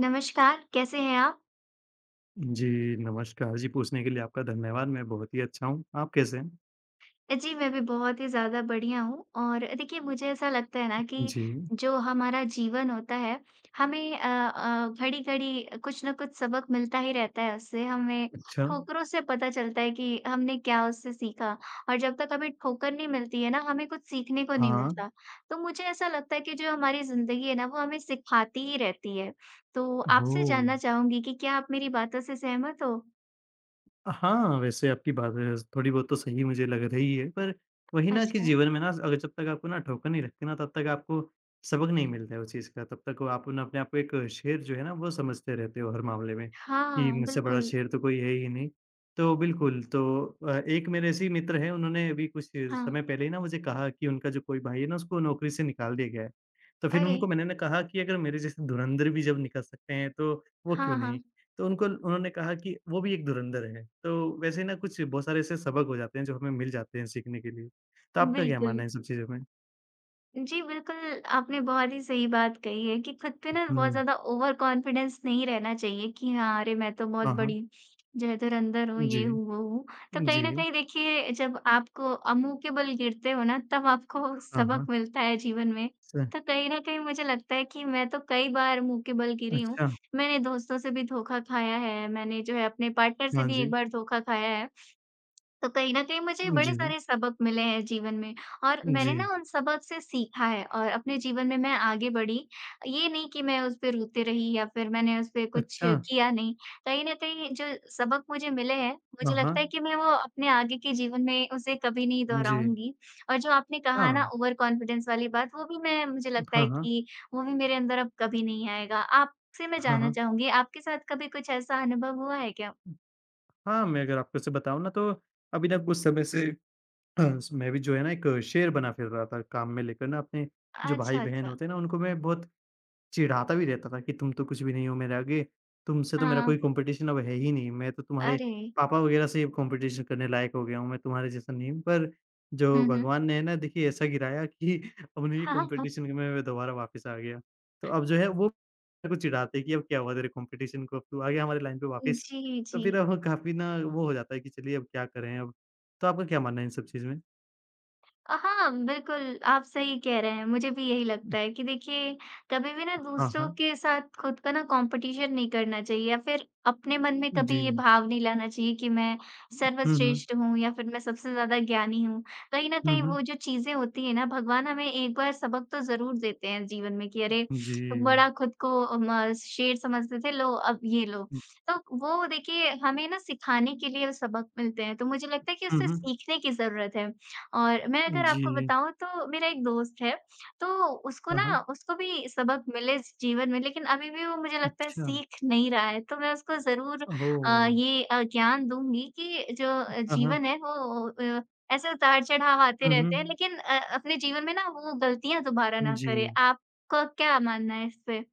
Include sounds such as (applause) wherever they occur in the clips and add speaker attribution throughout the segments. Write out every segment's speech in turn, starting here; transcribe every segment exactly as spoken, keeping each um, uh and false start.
Speaker 1: नमस्कार, कैसे हैं आप?
Speaker 2: जी, नमस्कार। जी, पूछने के लिए आपका धन्यवाद। मैं बहुत ही अच्छा हूँ। आप कैसे हैं?
Speaker 1: जी, मैं भी बहुत ही ज़्यादा बढ़िया हूँ और देखिए मुझे ऐसा लगता है ना कि
Speaker 2: जी,
Speaker 1: जो हमारा जीवन होता है, हमें अ अ, घड़ी-घड़ी कुछ न कुछ सबक मिलता ही रहता है उससे। हमें
Speaker 2: अच्छा।
Speaker 1: ठोकरों से पता चलता है कि हमने क्या उससे सीखा और जब तक हमें ठोकर नहीं मिलती है ना, हमें कुछ सीखने को नहीं
Speaker 2: हाँ,
Speaker 1: मिलता। तो मुझे ऐसा लगता है कि जो हमारी ज़िंदगी है ना, वो हमें सिखाती ही रहती है। तो आपसे
Speaker 2: ओह!
Speaker 1: जानना चाहूँगी कि क्या आप मेरी बातों से सहमत हो?
Speaker 2: हाँ, वैसे आपकी बात है, थोड़ी बहुत तो सही मुझे लग रही है, पर वही ना कि
Speaker 1: अच्छा।
Speaker 2: जीवन में ना अगर जब तक आपको ना ठोकर नहीं लगती ना, तब तक आपको सबक नहीं मिलता है उस चीज़ का, तब तक वो आप ना अपने आप को एक शेर जो है ना, वो समझते रहते हो हर मामले में, कि
Speaker 1: हाँ,
Speaker 2: मुझसे बड़ा
Speaker 1: बिल्कुल।
Speaker 2: शेर तो कोई है ही नहीं। तो बिल्कुल, तो अ, एक मेरे ऐसे ही मित्र हैं, उन्होंने अभी कुछ
Speaker 1: हाँ।
Speaker 2: समय पहले ही ना मुझे कहा कि उनका जो कोई भाई है ना, उसको नौकरी से निकाल दिया गया है। तो फिर
Speaker 1: अरे!
Speaker 2: उनको मैंने ना कहा कि अगर मेरे जैसे धुरंधर भी जब निकल सकते हैं, तो वो
Speaker 1: हाँ,
Speaker 2: क्यों नहीं?
Speaker 1: हाँ,
Speaker 2: तो उनको उन्होंने कहा कि वो भी एक धुरंधर है। तो वैसे ही ना कुछ बहुत सारे ऐसे सबक हो जाते हैं जो हमें मिल जाते हैं सीखने के लिए। तो आपका क्या
Speaker 1: बिल्कुल।
Speaker 2: मानना है इन सब चीज़ों में?
Speaker 1: जी, बिल्कुल, आपने बहुत ही सही बात कही है कि खुद पे ना बहुत
Speaker 2: हुँ।
Speaker 1: ज़्यादा ओवर कॉन्फिडेंस नहीं रहना चाहिए कि हाँ, अरे! मैं तो बहुत
Speaker 2: हाँ, हाँ।
Speaker 1: बड़ी जो है धुरंधर हूँ, ये
Speaker 2: जी।
Speaker 1: हूँ, वो हूँ। तो कहीं
Speaker 2: जी।
Speaker 1: न कहीं देखिए जब आपको अ, मुँह के बल गिरते हो ना तब आपको
Speaker 2: हाँ,
Speaker 1: सबक
Speaker 2: हाँ।
Speaker 1: मिलता है जीवन में।
Speaker 2: स
Speaker 1: तो कहीं न कहीं मुझे लगता है कि मैं तो कई बार मुँह के बल गिरी हूँ।
Speaker 2: अच्छा।
Speaker 1: मैंने दोस्तों से भी धोखा खाया है, मैंने जो है अपने पार्टनर से
Speaker 2: हाँ
Speaker 1: भी एक
Speaker 2: जी।
Speaker 1: बार धोखा खाया है। तो कहीं न कहीं मुझे बड़े
Speaker 2: जी।
Speaker 1: सारे सबक मिले हैं जीवन में और मैंने
Speaker 2: जी।
Speaker 1: ना उन सबक से सीखा है और अपने जीवन में मैं आगे बढ़ी। ये नहीं कि मैं उस पे रोती रही या फिर मैंने उस पे कुछ
Speaker 2: अच्छा।
Speaker 1: किया नहीं। कहीं न कहीं जो सबक मुझे मिले हैं,
Speaker 2: हाँ,
Speaker 1: मुझे लगता है
Speaker 2: हाँ।
Speaker 1: कि मैं वो अपने आगे के जीवन में उसे कभी नहीं
Speaker 2: जी।
Speaker 1: दोहराऊँगी। और जो आपने कहा ना
Speaker 2: हाँ।
Speaker 1: ओवर कॉन्फिडेंस वाली बात वो भी मैं मुझे लगता है
Speaker 2: हाँ, हाँ।
Speaker 1: कि वो भी मेरे अंदर अब कभी नहीं आएगा। आपसे मैं
Speaker 2: हाँ,
Speaker 1: जानना
Speaker 2: हाँ।
Speaker 1: चाहूँगी आपके साथ कभी कुछ ऐसा अनुभव हुआ है क्या?
Speaker 2: हाँ, मैं अगर आपको से बताऊँ ना तो अभी ना कुछ समय से हाँ, मैं भी जो है ना एक शेर बना फिर रहा था काम में लेकर ना अपने जो
Speaker 1: अच्छा,
Speaker 2: भाई-बहन
Speaker 1: अच्छा।
Speaker 2: होते हैं ना उनको मैं बहुत चिढ़ाता भी रहता था कि तुम तो कुछ भी नहीं हो मेरे आगे, तुमसे तो मेरा
Speaker 1: हाँ।
Speaker 2: कोई कॉम्पिटिशन अब है ही नहीं, मैं तो तुम्हारे
Speaker 1: अरे!
Speaker 2: पापा वगैरह से कॉम्पिटिशन करने लायक हो गया हूँ, मैं तुम्हारे जैसा नहीं हूँ। पर
Speaker 1: हुँ,
Speaker 2: जो
Speaker 1: हुँ।
Speaker 2: भगवान ने है ना देखिए ऐसा गिराया कि (laughs) अब उन्हीं
Speaker 1: हाँ, हाँ।
Speaker 2: कॉम्पिटिशन में मैं दोबारा वापस आ गया। तो अब जो है वो मेरे को चिढ़ाते हैं कि अब क्या हुआ तेरे कॉम्पिटिशन को, अब तू आ गया हमारी लाइन पे वापस।
Speaker 1: जी,
Speaker 2: तो
Speaker 1: जी।
Speaker 2: फिर अब काफ़ी ना वो हो जाता है कि चलिए अब क्या करें अब। तो आपका क्या मानना है इन सब चीज़ में?
Speaker 1: अ, हाँ, बिल्कुल, आप सही कह रहे हैं। मुझे भी यही लगता है कि देखिए, कभी भी ना
Speaker 2: हाँ,
Speaker 1: दूसरों
Speaker 2: हाँ।
Speaker 1: के साथ खुद का ना कॉम्पिटिशन नहीं करना चाहिए या फिर अपने मन में कभी
Speaker 2: जी।
Speaker 1: ये भाव नहीं लाना चाहिए कि मैं
Speaker 2: हुँ, हुँ।
Speaker 1: सर्वश्रेष्ठ हूँ या फिर मैं सबसे ज़्यादा ज्ञानी हूँ। कहीं न
Speaker 2: हुँ,
Speaker 1: कहीं
Speaker 2: हुँ।
Speaker 1: वो जो चीज़ें होती हैं ना, भगवान हमें एक बार सबक तो ज़रूर देते हैं जीवन में कि अरे, तुम बड़ा
Speaker 2: जी।
Speaker 1: खुद को अम, अ, म शेर समझते थे, लो अब ये लो। तो वो देखिए, हमें ना सिखाने के लिए सबक मिलते हैं, तो मुझे लगता है कि
Speaker 2: हुँ,
Speaker 1: उससे
Speaker 2: हुँ।
Speaker 1: सीखने की ज़रूरत है। और मैं अगर
Speaker 2: जी।
Speaker 1: आपको बताऊँ तो मेरा एक दोस्त है, तो उसको
Speaker 2: हाँ,
Speaker 1: ना
Speaker 2: हाँ।
Speaker 1: उसको भी सबक मिले इस जीवन में लेकिन अभी भी वो मुझे लगता है
Speaker 2: अच्छा।
Speaker 1: सीख नहीं रहा है। तो मैं उसको ज़रूर अ,
Speaker 2: ओह!
Speaker 1: ये अ, ज्ञान दूँगी कि जो अ,
Speaker 2: हाँ, हाँ।
Speaker 1: जीवन है वो अ, ऐसे उतार-चढ़ाव आते
Speaker 2: हुँ,
Speaker 1: रहते हैं
Speaker 2: हुँ।
Speaker 1: लेकिन अ, अपने जीवन में ना वो गलतियाँ दोबारा ना
Speaker 2: जी।
Speaker 1: करे। आपका क्या मानना है इस पे?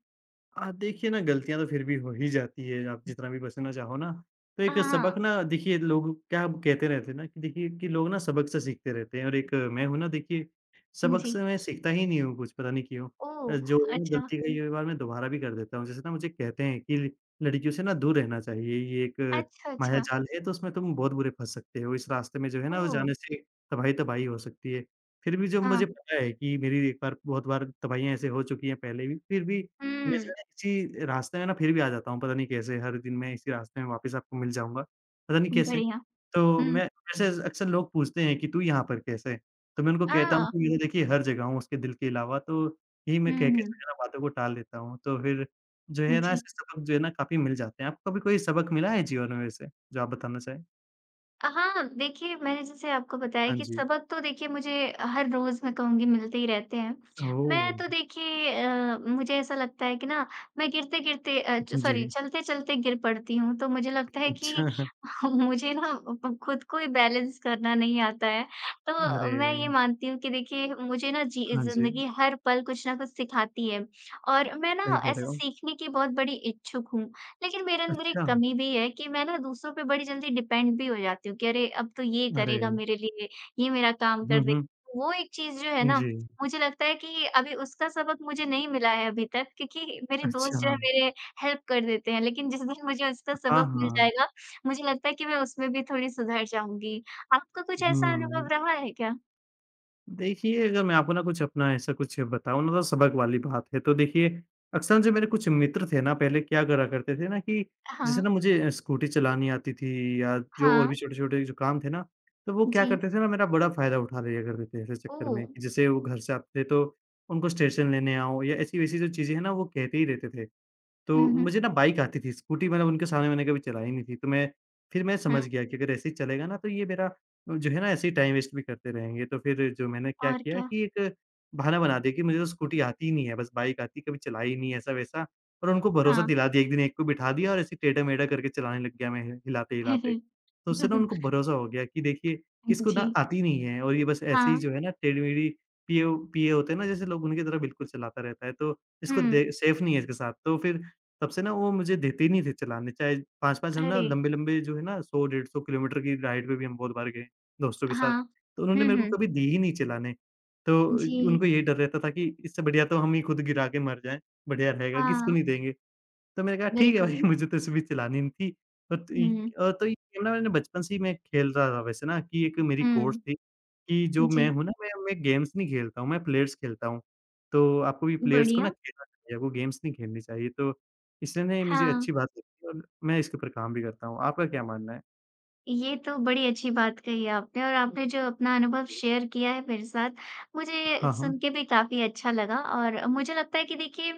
Speaker 2: अ, देखिए ना गलतियाँ तो फिर भी हो ही जाती है, आप जितना भी बचना चाहो ना, तो एक
Speaker 1: हाँ,
Speaker 2: सबक ना देखिए लोग क्या कहते रहते हैं ना कि देखिए कि लोग ना सबक से सीखते रहते हैं और एक मैं हूँ ना देखिए, सबक
Speaker 1: जी।
Speaker 2: से मैं सीखता ही नहीं हूँ कुछ, पता नहीं क्यों। अ,
Speaker 1: ओह!
Speaker 2: जो है ना
Speaker 1: अच्छा।
Speaker 2: गलती कई कई बार मैं दोबारा भी कर देता हूँ, जैसे ना मुझे कहते हैं कि ल- लड़कियों से ना दूर रहना चाहिए, ये एक
Speaker 1: अच्छा, अच्छा।
Speaker 2: मायाजाल है तो उसमें तुम बहुत बुरे फँस सकते हो, इस रास्ते में जो है ना वो
Speaker 1: ओह!
Speaker 2: जाने से तबाही-तबाही हो सकती है। फिर भी जब मुझे
Speaker 1: हाँ।
Speaker 2: पता है कि मेरी एक बार बहुत बार तबाहियाँ ऐसे हो चुकी हैं पहले भी, फिर भी मैं जो
Speaker 1: हुँ,
Speaker 2: है इसी रास्ते में ना फिर भी आ जाता हूँ, पता नहीं कैसे हर दिन मैं इसी रास्ते में वापस आपको मिल जाऊँगा, पता नहीं कैसे।
Speaker 1: बढ़िया।
Speaker 2: तो
Speaker 1: हुँ।
Speaker 2: मैं वैसे अक्सर लोग पूछते हैं कि तू यहाँ पर कैसे है? तो मैं उनको कहता हूँ
Speaker 1: अ,
Speaker 2: कि मैं तो देखिए हर जगह हूँ उसके दिल के अलावा, तो यही मैं
Speaker 1: हुँ,
Speaker 2: कह के
Speaker 1: हुँ।
Speaker 2: जो है ना बातों को टाल देता हूँ। तो फिर जो है ना
Speaker 1: जी।
Speaker 2: ऐसे सबक जो है ना काफ़ी मिल जाते हैं। आपको कभी कोई सबक मिला है जीवन में वैसे, जो आप बताना चाहें?
Speaker 1: हाँ, देखिए मैंने जैसे आपको बताया
Speaker 2: हाँ
Speaker 1: कि
Speaker 2: जी।
Speaker 1: सबक तो देखिए मुझे हर रोज़ मैं कहूँगी मिलते ही रहते हैं। मैं
Speaker 2: ओह!
Speaker 1: तो देखिए अ, मुझे ऐसा लगता है कि ना मैं गिरते-गिरते अ, च सॉरी
Speaker 2: जी।
Speaker 1: चलते-चलते गिर पड़ती हूँ, तो मुझे लगता है कि
Speaker 2: अच्छा।
Speaker 1: (laughs) मुझे ना प खुद को ही बैलेंस करना नहीं आता है। तो
Speaker 2: अरे!
Speaker 1: मैं ये मानती हूँ कि देखिए मुझे ना जी
Speaker 2: हाँ जी,
Speaker 1: ज़िंदगी हर पल कुछ ना कुछ सिखाती है और मैं
Speaker 2: सही
Speaker 1: ना
Speaker 2: कह रहे
Speaker 1: ऐसे
Speaker 2: हो।
Speaker 1: सीखने की बहुत बड़ी इच्छुक हूँ। लेकिन मेरे अंदर एक
Speaker 2: अच्छा!
Speaker 1: कमी भी है कि मैं ना दूसरों पे बड़ी जल्दी डिपेंड भी हो जाती हूँ कि अरे, अब तो ये करेगा
Speaker 2: अरे!
Speaker 1: मेरे लिए, ये मेरा काम कर
Speaker 2: हुँ, हुँ।
Speaker 1: देगा। वो एक चीज़ जो है ना,
Speaker 2: जी।
Speaker 1: मुझे लगता है कि अभी उसका सबक मुझे नहीं मिला है अभी तक क्योंकि मेरे
Speaker 2: अच्छा,
Speaker 1: दोस्त जो है मेरे हेल्प कर देते हैं, लेकिन जिस दिन मुझे उसका
Speaker 2: हाँ,
Speaker 1: सबक मिल
Speaker 2: हाँ।
Speaker 1: जाएगा, मुझे लगता है कि मैं उसमें भी थोड़ी सुधर जाऊँगी। आपका कुछ ऐसा अनुभव
Speaker 2: हुँ,
Speaker 1: रहा है क्या?
Speaker 2: देखिए अगर मैं आपको ना कुछ अपना ऐसा कुछ बताऊँ ना तो सबक वाली बात है। तो देखिए अक्सर जो मेरे कुछ मित्र थे ना पहले क्या करा करते थे ना कि
Speaker 1: हाँ,
Speaker 2: जैसे ना मुझे स्कूटी चलानी आती थी या जो और
Speaker 1: हाँ,
Speaker 2: भी छोटे-छोटे जो काम थे ना, तो वो क्या
Speaker 1: जी।
Speaker 2: करते थे ना मेरा बड़ा फ़ायदा उठा लिया करते थे ऐसे चक्कर
Speaker 1: ओह!
Speaker 2: में कि जैसे वो घर से आते थे तो उनको स्टेशन लेने आओ या ऐसी-वैसी जो चीज़ें हैं ना वो कहते ही रहते थे। तो
Speaker 1: हुँ, हुँ,
Speaker 2: मुझे ना बाइक आती थी, स्कूटी मतलब उनके सामने मैंने कभी चलाई नहीं थी, तो मैं फिर मैं
Speaker 1: हुँ।
Speaker 2: समझ गया कि अगर ऐसे ही चलेगा ना तो ये मेरा अ, जो है ना ऐसे ही टाइम वेस्ट भी करते रहेंगे, तो फिर जो मैंने क्या
Speaker 1: और
Speaker 2: किया
Speaker 1: क्या?
Speaker 2: कि एक बहाना बना दिया कि मुझे तो स्कूटी आती ही नहीं है, बस बाइक आती है, कभी चलाई ही नहीं है ऐसा-वैसा और उनको भरोसा
Speaker 1: हाँ।
Speaker 2: दिला दिया, एक दिन एक को बिठा दिया और ऐसे टेढ़ा-मेढ़ा करके चलाने लग गया मैं हिलाते-हिलाते। तो उससे ना उनको
Speaker 1: (laughs)
Speaker 2: भरोसा हो गया कि देखिए इसको ना
Speaker 1: जी,
Speaker 2: आती नहीं है और ये बस ऐसे ही
Speaker 1: हाँ।
Speaker 2: जो है ना टेढ़ी-मेढ़ी पिए पिए होते हैं ना जैसे लोग उनकी तरह बिल्कुल चलाता रहता है, तो इसको
Speaker 1: हुँ।
Speaker 2: दे सेफ नहीं है इसके साथ, तो फिर तब से ना वो मुझे देते ही नहीं थे चलाने, चाहे पाँच-पाँच हम ना
Speaker 1: अरे!
Speaker 2: लंबे-लंबे जो है ना सौ डेढ़ सौ किलोमीटर की राइड पे भी हम बहुत बार गए, दोस्तों के साथ।
Speaker 1: हाँ।
Speaker 2: तो उन्होंने
Speaker 1: हुँ,
Speaker 2: मेरे को
Speaker 1: हुँ।
Speaker 2: कभी दी ही नहीं चलाने। तो
Speaker 1: जी।
Speaker 2: उनको यही डर रहता था कि इससे बढ़िया तो हम ही खुद गिरा के मर जाएँ, बढ़िया रहेगा, किसको
Speaker 1: हाँ,
Speaker 2: नहीं देंगे। तो मैंने कहा ठीक है
Speaker 1: बिल्कुल।
Speaker 2: भाई (laughs) मुझे तो इसमें चलानी नहीं थी। और तो इ
Speaker 1: हुँ,
Speaker 2: अ, तो ये गेम ना मैंने बचपन से ही मैं खेल रहा था वैसे ना कि एक मेरी कोर्स
Speaker 1: हुँ।
Speaker 2: थी कि जो मैं
Speaker 1: जी,
Speaker 2: हूँ ना मैं मैं गेम्स नहीं खेलता हूँ, मैं प्लेयर्स खेलता हूँ। तो आपको भी प्लेयर्स को ना
Speaker 1: बढ़िया।
Speaker 2: खेलना चाहिए, आपको गेम्स नहीं खेलनी चाहिए। तो इसलिए ना ये मुझे
Speaker 1: हाँ।
Speaker 2: अच्छी बात लगी और मैं इसके ऊपर काम भी करता हूँ। आपका क्या मानना है?
Speaker 1: ये तो बड़ी अच्छी बात कही आपने और आपने जो अपना अनुभव
Speaker 2: जी।
Speaker 1: शेयर किया है मेरे साथ, मुझे
Speaker 2: हाँ, हाँ।
Speaker 1: सुन के भी काफ़ी अच्छा लगा और मुझे लगता है कि देखिए,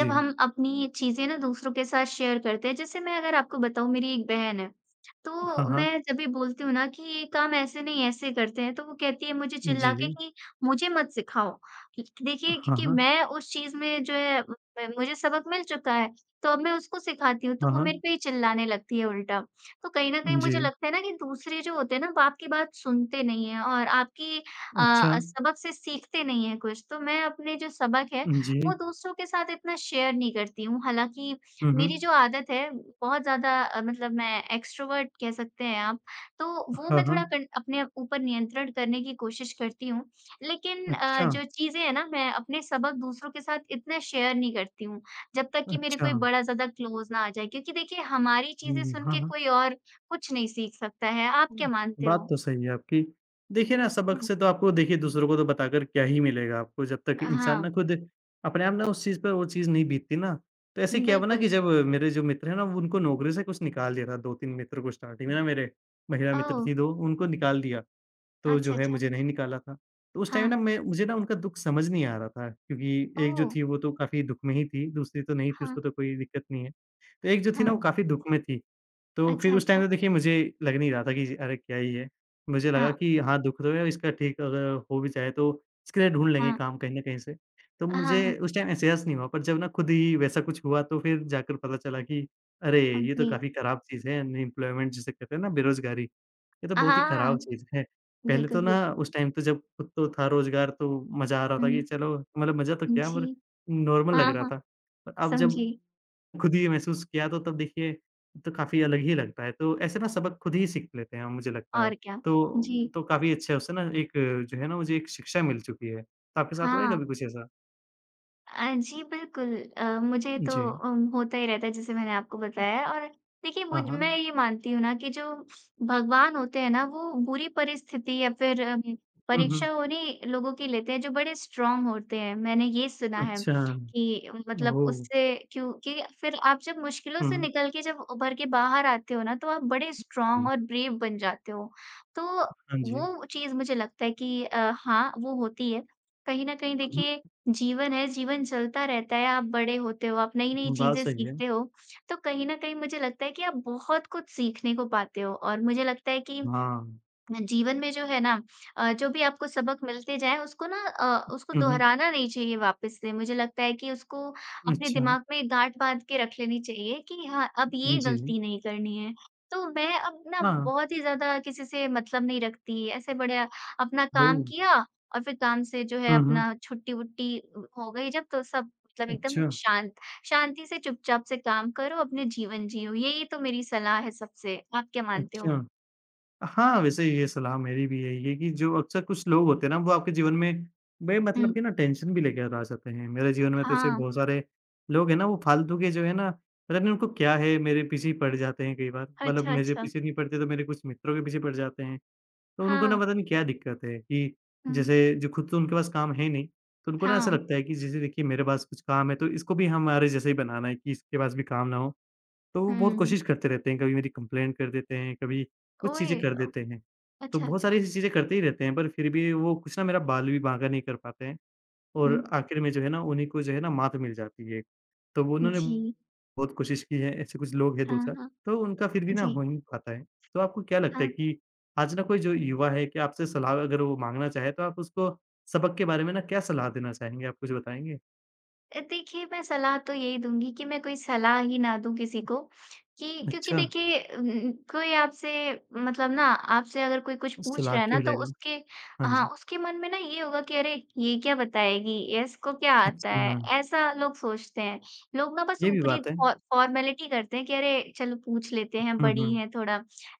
Speaker 2: जी।
Speaker 1: हम अपनी चीज़ें ना दूसरों के साथ शेयर करते हैं, जैसे मैं अगर आपको बताऊँ मेरी एक बहन है,
Speaker 2: हाँ,
Speaker 1: तो
Speaker 2: हाँ।
Speaker 1: मैं जब भी बोलती हूँ ना कि ये काम ऐसे नहीं ऐसे करते हैं, तो वो कहती है मुझे चिल्ला के
Speaker 2: जी।
Speaker 1: कि मुझे मत सिखाओ। देखिए,
Speaker 2: हाँ,
Speaker 1: क्योंकि
Speaker 2: हाँ।
Speaker 1: मैं उस चीज़ में जो है म मुझे सबक मिल चुका है, तो अब मैं उसको सिखाती हूँ, तो
Speaker 2: हाँ,
Speaker 1: वो मेरे
Speaker 2: हाँ।
Speaker 1: पे ही चिल्लाने लगती है उल्टा। तो कहीं न कहीं
Speaker 2: जी।
Speaker 1: मुझे लगता है ना कि दूसरे जो होते हैं ना, वो आपकी बात सुनते नहीं हैं और आपकी
Speaker 2: अच्छा।
Speaker 1: अ, सबक से सीखते नहीं हैं कुछ। तो मैं अपने जो सबक है,
Speaker 2: जी।
Speaker 1: वो दूसरों के साथ इतना शेयर नहीं करती हूँ। हालाँकि
Speaker 2: हुँ,
Speaker 1: मेरी
Speaker 2: हुँ।
Speaker 1: जो आदत है, बहुत ज़्यादा अ, मतलब मैं एक्स्ट्रोवर्ट कह सकते हैं आप, तो वो
Speaker 2: हाँ,
Speaker 1: मैं थोड़ा
Speaker 2: हाँ।
Speaker 1: कन अपने ऊपर नियंत्रण करने की कोशिश करती हूँ। लेकिन अ,
Speaker 2: अच्छा।
Speaker 1: जो चीज़ें हैं ना, मैं अपने सबक दूसरों के साथ इतना शेयर नहीं करती हूँ। जब तक कि मेरे
Speaker 2: अच्छा।
Speaker 1: कोई बड़ा ज़्यादा क्लोज़ ना आ जाए क्योंकि देखिए हमारी चीज़ें
Speaker 2: हुँ,
Speaker 1: सुन
Speaker 2: हाँ,
Speaker 1: के
Speaker 2: हाँ।
Speaker 1: कोई और कुछ नहीं सीख सकता है। आप क्या
Speaker 2: हुँ,
Speaker 1: मानते
Speaker 2: बात
Speaker 1: हो?
Speaker 2: तो सही है आपकी। देखिए ना सबक
Speaker 1: हुँ।
Speaker 2: से तो आपको देखिए दूसरों को तो बताकर क्या ही मिलेगा आपको जब तक इंसान
Speaker 1: हाँ,
Speaker 2: ना खुद अपने आप ना उस चीज़ पे वो चीज़ नहीं बीतती ना, तो ऐसे क्या हुआ ना
Speaker 1: बिल्कुल।
Speaker 2: कि जब मेरे जो मित्र हैं ना उनको नौकरी से कुछ निकाल दिया था दो-तीन मित्र को स्टार्टिंग में ना मेरे महिला मित्र
Speaker 1: ओह!
Speaker 2: थी दो उनको निकाल दिया, तो
Speaker 1: अच्छा,
Speaker 2: जो है
Speaker 1: अच्छा।
Speaker 2: मुझे नहीं निकाला था। तो उस टाइम
Speaker 1: हाँ।
Speaker 2: ना मैं मुझे ना उनका दुःख समझ नहीं आ रहा था क्योंकि एक जो
Speaker 1: ओह!
Speaker 2: थी वो तो काफ़ी दुःख में ही थी, दूसरी तो नहीं थी
Speaker 1: हाँ,
Speaker 2: उसको तो कोई दिक्कत नहीं है। तो एक जो थी
Speaker 1: हाँ।
Speaker 2: ना वो काफ़ी दुःख में थी तो
Speaker 1: अच्छा,
Speaker 2: फिर उस टाइम
Speaker 1: अच्छा।
Speaker 2: तो देखिए मुझे लग नहीं रहा था कि अरे क्या ही है। मुझे
Speaker 1: हाँ,
Speaker 2: लगा कि हाँ, दुःख तो है इसका ठीक अगर हो भी जाए तो इसके लिए ढूँढ लेंगे
Speaker 1: हाँ।
Speaker 2: काम कहीं न कहीं से। तो
Speaker 1: हाँ, हाँ।
Speaker 2: मुझे उस टाइम एहसास नहीं हुआ पर जब ना खुद ही वैसा कुछ हुआ तो फिर जाकर पता चला कि अरे!
Speaker 1: हाँ
Speaker 2: ये तो
Speaker 1: जी।
Speaker 2: काफ़ी ख़राब चीज़ है अनएम्प्लॉयमेंट जिसे कहते हैं ना बेरोज़गारी। ये तो बहुत ही
Speaker 1: हाँ,
Speaker 2: ख़राब चीज़ है। पहले तो
Speaker 1: बिल्कुल,
Speaker 2: ना
Speaker 1: बिल्कुल।
Speaker 2: उस टाइम तो जब खुद तो था रोज़गार तो मज़ा आ रहा था कि
Speaker 1: हुँ,
Speaker 2: चलो मतलब मज़ा तो क्या
Speaker 1: जी।
Speaker 2: मतलब नॉर्मल लग
Speaker 1: हाँ,
Speaker 2: रहा
Speaker 1: हाँ।
Speaker 2: था। पर अब जब
Speaker 1: समझी।
Speaker 2: खुद ही ये महसूस किया तो तब देखिए तो काफ़ी अलग ही लगता है, तो ऐसे ना सबक खुद ही सीख लेते हैं मुझे लगता है।
Speaker 1: और क्या। जी।
Speaker 2: तो तो काफ़ी अच्छा है उससे ना एक जो है ना मुझे एक शिक्षा मिल चुकी है। तो आपके साथ हुआ है
Speaker 1: हाँ।
Speaker 2: कभी कुछ ऐसा?
Speaker 1: अ, जी बिल्कुल। अ, मुझे तो
Speaker 2: जी।
Speaker 1: उम, होता ही रहता है जैसे मैंने आपको बताया और देखिए मुझ
Speaker 2: हाँ,
Speaker 1: मैं
Speaker 2: हाँ।
Speaker 1: ये मानती हूँ ना कि जो भगवान होते हैं ना वो बुरी परिस्थिति या फिर अम,
Speaker 2: हुँ, हुँ।
Speaker 1: परीक्षा उन्हीं लोगों की लेते हैं जो बड़े स्ट्रॉन्ग होते हैं। मैंने ये सुना है
Speaker 2: अच्छा।
Speaker 1: कि मतलब
Speaker 2: ओह!
Speaker 1: उससे क्योंकि फिर आप जब मुश्किलों से
Speaker 2: हुँ।
Speaker 1: निकल के जब उभर के बाहर आते हो ना तो आप बड़े स्ट्रॉन्ग
Speaker 2: जी।
Speaker 1: और ब्रेव बन जाते हो। तो
Speaker 2: हाँ जी।
Speaker 1: वो चीज़ मुझे लगता है कि अ, हाँ, वो होती है। कहीं न कहीं
Speaker 2: हुँ,
Speaker 1: देखिए जीवन है, जीवन चलता रहता है, आप बड़े होते हो, आप नई-नई
Speaker 2: हुँ। बात
Speaker 1: चीज़ें
Speaker 2: सही है।
Speaker 1: सीखते हो, तो कहीं न कहीं मुझे लगता है कि आप बहुत कुछ सीखने को पाते हो और मुझे लगता है कि
Speaker 2: हाँ।
Speaker 1: जीवन में जो है ना अ, जो भी आपको सबक मिलते जाएँ उसको ना अ, उसको
Speaker 2: हुँ, हुँ।
Speaker 1: दोहराना नहीं चाहिए वापस से। मुझे लगता है कि उसको अपने
Speaker 2: अच्छा।
Speaker 1: दिमाग में गाँठ बाँध के रख लेनी चाहिए कि हाँ, अब ये
Speaker 2: जी।
Speaker 1: गलती नहीं करनी है। तो मैं अब ना
Speaker 2: हाँ।
Speaker 1: बहुत ही ज़्यादा किसी से मतलब नहीं रखती। ऐसे बढ़िया अपना
Speaker 2: ओह!
Speaker 1: काम किया और फिर काम से जो है
Speaker 2: हुँ, हुँ।
Speaker 1: अपना छुट्टी-वुट्टी अ, हो गई जब तो सब मतलब एकदम
Speaker 2: अच्छा,
Speaker 1: शांत शांति से चुपचाप से काम करो, अपने जीवन जियो। यही तो मेरी सलाह है सबसे। आप क्या मानते हो?
Speaker 2: अच्छा। हाँ, वैसे ये सलाह मेरी भी यही है कि जो अक्सर कुछ लोग होते हैं ना, वो आपके जीवन में बे
Speaker 1: हुँ।
Speaker 2: मतलब कि ना टेंशन भी लेकर आ जाते हैं। मेरे जीवन में तो ऐसे
Speaker 1: हाँ।
Speaker 2: बहुत सारे लोग हैं ना, वो फालतू के जो है ना, पता नहीं उनको क्या है, मेरे पीछे ही पड़ जाते हैं कई बार। मतलब
Speaker 1: अच्छा,
Speaker 2: मेरे
Speaker 1: अच्छा।
Speaker 2: पीछे नहीं पड़ते तो मेरे कुछ मित्रों के पीछे पड़ जाते हैं। तो उनको ना
Speaker 1: हाँ,
Speaker 2: पता नहीं क्या दिक्कत है कि
Speaker 1: हुँ,
Speaker 2: जैसे जो खुद तो उनके पास काम है नहीं, तो उनको ना ऐसा
Speaker 1: हाँ,
Speaker 2: लगता है कि जैसे देखिए मेरे पास कुछ काम है, तो इसको भी हमारे जैसा ही बनाना है कि इसके पास भी काम ना हो। तो वो बहुत
Speaker 1: हुँ।
Speaker 2: कोशिश करते रहते हैं, कभी मेरी कंप्लेंट कर देते हैं, कभी कुछ
Speaker 1: ओए!
Speaker 2: चीज़ें कर देते हैं। तो
Speaker 1: अच्छा,
Speaker 2: बहुत
Speaker 1: अच्छा।
Speaker 2: सारी ऐसी चीज़ें करते ही रहते हैं, पर फिर भी वो कुछ ना मेरा बाल भी बांका नहीं कर पाते हैं
Speaker 1: हुँ,
Speaker 2: और आखिर में जो है ना, उन्हीं को जो है ना मात मिल जाती है। तो वो उन्होंने
Speaker 1: जी।
Speaker 2: बहुत कोशिश की है, ऐसे कुछ लोग हैं
Speaker 1: हाँ,
Speaker 2: दो चार।
Speaker 1: हाँ।
Speaker 2: तो उनका फिर भी ना
Speaker 1: जी,
Speaker 2: हो ही नहीं पाता है। तो आपको क्या लगता है
Speaker 1: हाँ।
Speaker 2: कि आज ना कोई जो युवा है, क्या आपसे सलाह अगर वो माँगना चाहे तो आप उसको सबक के बारे में ना क्या सलाह देना चाहेंगे, आप कुछ बताएँगे?
Speaker 1: अ, देखिए, मैं सलाह तो यही दूँगी कि मैं कोई सलाह ही ना दूँ किसी को कि क्योंकि
Speaker 2: अच्छा,
Speaker 1: देखिए उम, कोई आपसे मतलब ना आपसे अगर कोई कुछ पूछ
Speaker 2: सलाह
Speaker 1: रहा है ना,
Speaker 2: क्यों
Speaker 1: तो
Speaker 2: लेगा?
Speaker 1: उसके
Speaker 2: हाँ
Speaker 1: हाँ,
Speaker 2: जी।
Speaker 1: उसके मन में ना ये होगा कि अरे! ये क्या बताएगी? या इसको क्या आता
Speaker 2: अच्छा,
Speaker 1: है?
Speaker 2: हाँ,
Speaker 1: ऐसा लोग सोचते हैं। लोग ना बस
Speaker 2: ये भी
Speaker 1: ऊपरी
Speaker 2: बात है।
Speaker 1: फॉ फॉर्मेलिटी करते हैं कि अरे! चलो पूछ लेते हैं,
Speaker 2: हुँ,
Speaker 1: बड़ी
Speaker 2: हुँ।
Speaker 1: हैं थोड़ा।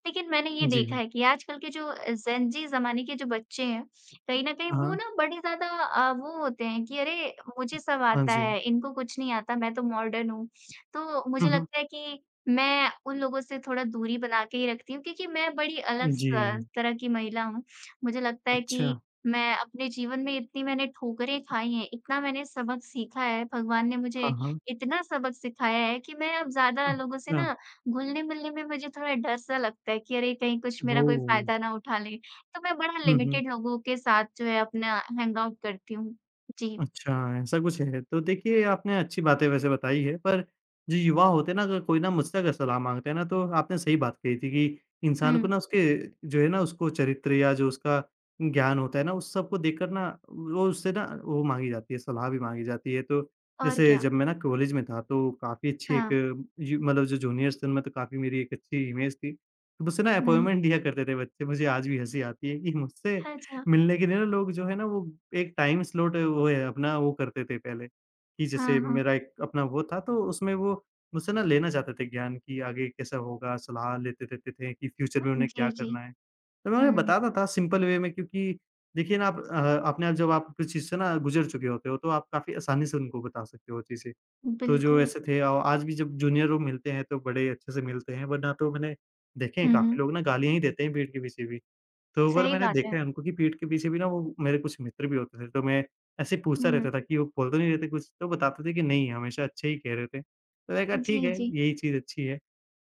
Speaker 1: लेकिन मैंने ये
Speaker 2: जी।
Speaker 1: देखा है कि आजकल के जो अ, जेन ज़ी ज़माने के जो बच्चे हैं, कहीं न कहीं वो
Speaker 2: हाँ,
Speaker 1: ना बड़े ज़्यादा अ, वो होते हैं कि अरे! मुझे सब
Speaker 2: हाँ
Speaker 1: आता
Speaker 2: जी।
Speaker 1: है, इनको कुछ नहीं आता, मैं तो मॉडर्न हूँ। तो
Speaker 2: हुँ,
Speaker 1: मुझे
Speaker 2: हुँ।
Speaker 1: लगता है कि मैं उन लोगों से थोड़ा दूरी बना के ही रखती हूँ क्योंकि मैं बड़ी अलग स
Speaker 2: जी।
Speaker 1: तरह की महिला हूँ। मुझे लगता है
Speaker 2: अच्छा।
Speaker 1: कि मैं अपने जीवन में इतनी मैंने ठोकरें खाई हैं, इतना मैंने सबक सीखा है, भगवान ने मुझे
Speaker 2: हाँ, हाँ।
Speaker 1: इतना सबक सिखाया है कि मैं अब ज़्यादा लोगों से
Speaker 2: अच्छा।
Speaker 1: ना घुलने-मिलने में मुझे थोड़ा डर-सा लगता है कि अरे! कहीं कुछ मेरा कोई
Speaker 2: ओह!
Speaker 1: फ़ायदा ना उठा ले। तो मैं बड़ा
Speaker 2: हुँ, हुँ।
Speaker 1: लिमिटेड लोगों के साथ जो है अपना हैंग आउट करती हूँ। जी,
Speaker 2: अच्छा, ऐसा कुछ है। तो देखिए, आपने अच्छी बातें वैसे बताई है, पर जो युवा होते हैं ना, अगर कोई ना मुझसे अगर सलाह माँगते हैं ना, तो आपने सही बात कही थी कि
Speaker 1: हुँ,
Speaker 2: इंसान को ना उसके जो है ना, उसको चरित्र या जो उसका ज्ञान होता है ना, उस सबको देखकर ना वो उससे ना वो माँगी जाती है, सलाह भी माँगी जाती है। तो
Speaker 1: और
Speaker 2: जैसे
Speaker 1: क्या?
Speaker 2: जब मैं ना कॉलेज में था, तो काफ़ी अच्छी एक
Speaker 1: हाँ,
Speaker 2: यू मतलब जो जूनियर्स थे, उनमें तो काफ़ी मेरी एक अच्छी इमेज थी। तो मुझसे ना
Speaker 1: हुँ,
Speaker 2: अपॉइंटमेंट लिया करते थे बच्चे। मुझे आज भी हँसी आती है कि मुझसे
Speaker 1: अच्छा,
Speaker 2: मिलने के लिए ना लोग जो है ना वो एक टाइम स्लॉट वो है अपना वो करते थे पहले, कि
Speaker 1: हाँ,
Speaker 2: जैसे
Speaker 1: हाँ।
Speaker 2: मेरा एक अपना वो था तो उसमें वो मुझसे ना लेना चाहते थे ज्ञान कि आगे कैसा होगा, सलाह लेते रहते थे कि
Speaker 1: अ,
Speaker 2: फ्यूचर में उन्हें क्या
Speaker 1: जी, जी,
Speaker 2: करना है। तो मैं उन्हें
Speaker 1: हुँ,
Speaker 2: बताता था सिंपल वे में क्योंकि देखिए ना आप अ, अपने आप जब आप किसी चीज़ से ना गुज़र चुके होते हो तो आप काफ़ी आसानी से उनको बता सकते हो चीज़ें। तो जो
Speaker 1: बिल्कुल,
Speaker 2: ऐसे थे औ आज भी जब जूनियर लोग मिलते हैं तो बड़े अच्छे से मिलते हैं वरना तो मैंने देखे हैं
Speaker 1: हुँ, हुँ,
Speaker 2: काफ़ी लोग ना गालियाँ ही देते हैं पीठ के पीछे भी। तो एक बार
Speaker 1: सही
Speaker 2: मैंने
Speaker 1: बात है।
Speaker 2: देखा है उनको कि पीठ के पीछे भी ना वो मेरे कुछ मित्र भी होते थे, तो मैं ऐसे ही पूछता
Speaker 1: हुँ,
Speaker 2: रहता था कि वो बोल तो नहीं रहे थे कुछ? तो बताते थे कि नहीं, हमेशा अच्छे ही कह रहे थे। तो मैंने कहा ठीक
Speaker 1: जी,
Speaker 2: है,
Speaker 1: जी,
Speaker 2: यही चीज़ अच्छी है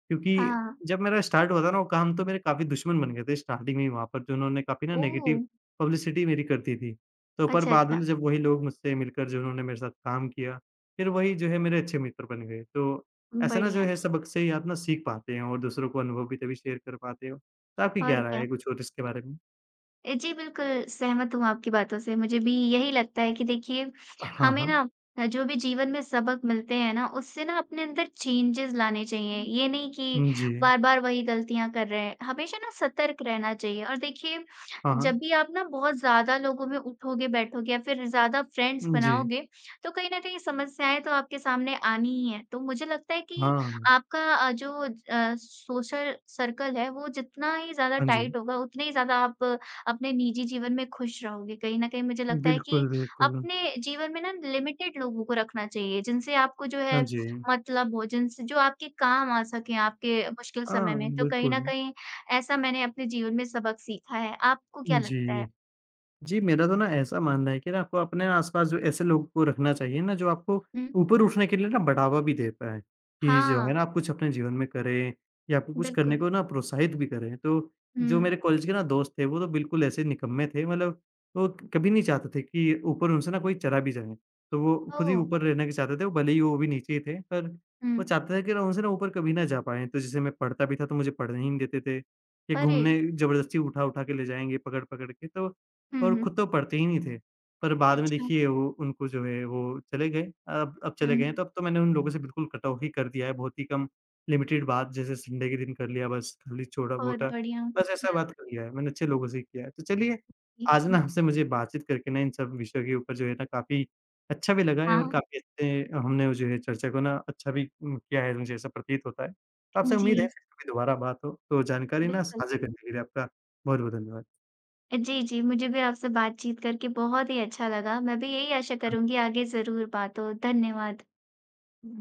Speaker 2: क्योंकि
Speaker 1: हाँ,
Speaker 2: जब मेरा स्टार्ट हुआ था ना वो काम तो मेरे काफ़ी दुश्मन बन गए थे स्टार्टिंग में ही वहाँ पर जो उन्होंने काफ़ी ना
Speaker 1: ओह!
Speaker 2: नेगेटिव पब्लिसिटी मेरी कर दी थी। तो पर
Speaker 1: अच्छा,
Speaker 2: बाद में
Speaker 1: अच्छा,
Speaker 2: जब वही लोग मुझसे मिलकर जो उन्होंने मेरे साथ काम किया, फिर वही जो है मेरे अच्छे मित्र बन गए। तो ऐसा ना जो
Speaker 1: बढ़िया,
Speaker 2: है सबक से ही आप ना सीख पाते हैं और दूसरों को अनुभव भी तभी शेयर कर पाते हो। तो आपकी क्या
Speaker 1: और
Speaker 2: राय
Speaker 1: क्या?
Speaker 2: है कुछ और इसके बारे में?
Speaker 1: अ, जी, बिल्कुल, सहमत हूँ आपकी बातों से। मुझे भी यही लगता है कि देखिए,
Speaker 2: हाँ,
Speaker 1: हमें
Speaker 2: हाँ।
Speaker 1: ना अ, जो भी जीवन में सबक मिलते हैं ना, उससे ना अपने अंदर चेंजेज़ लाने चाहिए। ये नहीं कि
Speaker 2: जी।
Speaker 1: बार-बार वही गलतियाँ कर रहे हैं। हमेशा ना सतर्क रहना चाहिए और देखिए,
Speaker 2: हाँ,
Speaker 1: जब
Speaker 2: हाँ।
Speaker 1: भी आप ना बहुत ज़्यादा लोगों में उठोगे-बैठोगे या फिर ज़्यादा फ्रेंड्स
Speaker 2: जी।
Speaker 1: बनाओगे, तो कहीं न कहीं समस्याएँ तो आपके सामने आनी ही हैं। तो मुझे लगता है कि
Speaker 2: हाँ।
Speaker 1: आपका अ, जो अ, सोशल सर्कल है, वो जितना ही ज़्यादा
Speaker 2: हाँ जी।
Speaker 1: टाइट होगा, उतने ही ज़्यादा आप अपने निजी जीवन में खुश रहोगे। कहीं न कहीं मुझे लगता है कि
Speaker 2: बिल्कुल, बिल्कुल।
Speaker 1: अपने जीवन में ना लिमिटेड लोगों को रखना चाहिए, जिनसे आपको जो है
Speaker 2: हाँ जी।
Speaker 1: मतलब हो, जिनसे जो आपके काम आ सकें आपके मुश्किल समय
Speaker 2: हाँ,
Speaker 1: में। तो कहीं न
Speaker 2: बिल्कुल।
Speaker 1: कहीं ऐसा मैंने अपने जीवन में सबक सीखा है। आपको क्या लगता है?
Speaker 2: जी। जी, मेरा तो ना ऐसा मानना है कि ना आपको अपने आस-पास जो ऐसे लोगों को रखना चाहिए ना, जो आपको
Speaker 1: हुँ।
Speaker 2: ऊपर उठने के लिए ना बढ़ावा भी दे पाएँ, कि जो
Speaker 1: हाँ,
Speaker 2: है ना आप कुछ अपने जीवन में करें या आपको कुछ करने
Speaker 1: बिल्कुल।
Speaker 2: को ना प्रोत्साहित भी करें। तो
Speaker 1: हुँ।
Speaker 2: जो मेरे कॉलेज के ना दोस्त थे, वो तो बिल्कुल ऐसे निकम्मे थे मतलब वो कभी नहीं चाहते थे कि ऊपर उनसे ना कोई चला भी जाए। तो वो खुद ही
Speaker 1: ओह!
Speaker 2: ऊपर रहना के चाहते थे, वो भले ही वो भी नीचे ही थे, पर
Speaker 1: हुँ।
Speaker 2: वो चाहते थे कि ना उनसे ना ऊपर कभी ना जा पाएँ। तो जैसे मैं पढ़ता भी था, तो मुझे पढ़ने ही नहीं देते थे, या
Speaker 1: अरे!
Speaker 2: घूमने ज़बरदस्ती उठा-उठा के ले जाएँगे पकड़-पकड़ के, तो
Speaker 1: हुँ,
Speaker 2: और
Speaker 1: हुँ।
Speaker 2: खुद तो पढ़ते ही नहीं थे। पर बाद में
Speaker 1: अच्छा।
Speaker 2: देखिए वो उनको जो है वो चले गए। अब अब
Speaker 1: हुँ।
Speaker 2: चले गए हैं तो अब तो मैंने उन लोगों से बिल्कुल कट ऑफ ही कर दिया है। बहुत ही कम लिमिटेड बात जैसे संडे के दिन कर लिया बस, खाली
Speaker 1: बहुत
Speaker 2: छोटा-मोटा,
Speaker 1: बढ़िया।
Speaker 2: बस ऐसा
Speaker 1: हुँ,
Speaker 2: बात कर लिया है। मैंने अच्छे लोगों से ही किया है। तो चलिए
Speaker 1: जी।
Speaker 2: आज ना आपसे मुझे बातचीत करके ना इन सब विषयों के ऊपर जो है ना काफ़ी अच्छा भी लगा है और
Speaker 1: हाँ,
Speaker 2: काफ़ी अच्छे हमने जो है चर्चा को ना अच्छा भी उम, किया है मुझे ऐसा प्रतीत होता है। तो आपसे उम्मीद है
Speaker 1: जी,
Speaker 2: फिर कभी दोबारा बात हो। तो जानकारी ना
Speaker 1: बिल्कुल।
Speaker 2: साझा करने के लिए आपका बहुत-बहुत धन्यवाद।
Speaker 1: जी, जी। मुझे भी आपसे बातचीत करके बहुत ही अच्छा लगा। मैं भी यही आशा
Speaker 2: हाँ
Speaker 1: करूँगी आगे ज़रूर बात हो। धन्यवाद।
Speaker 2: जी।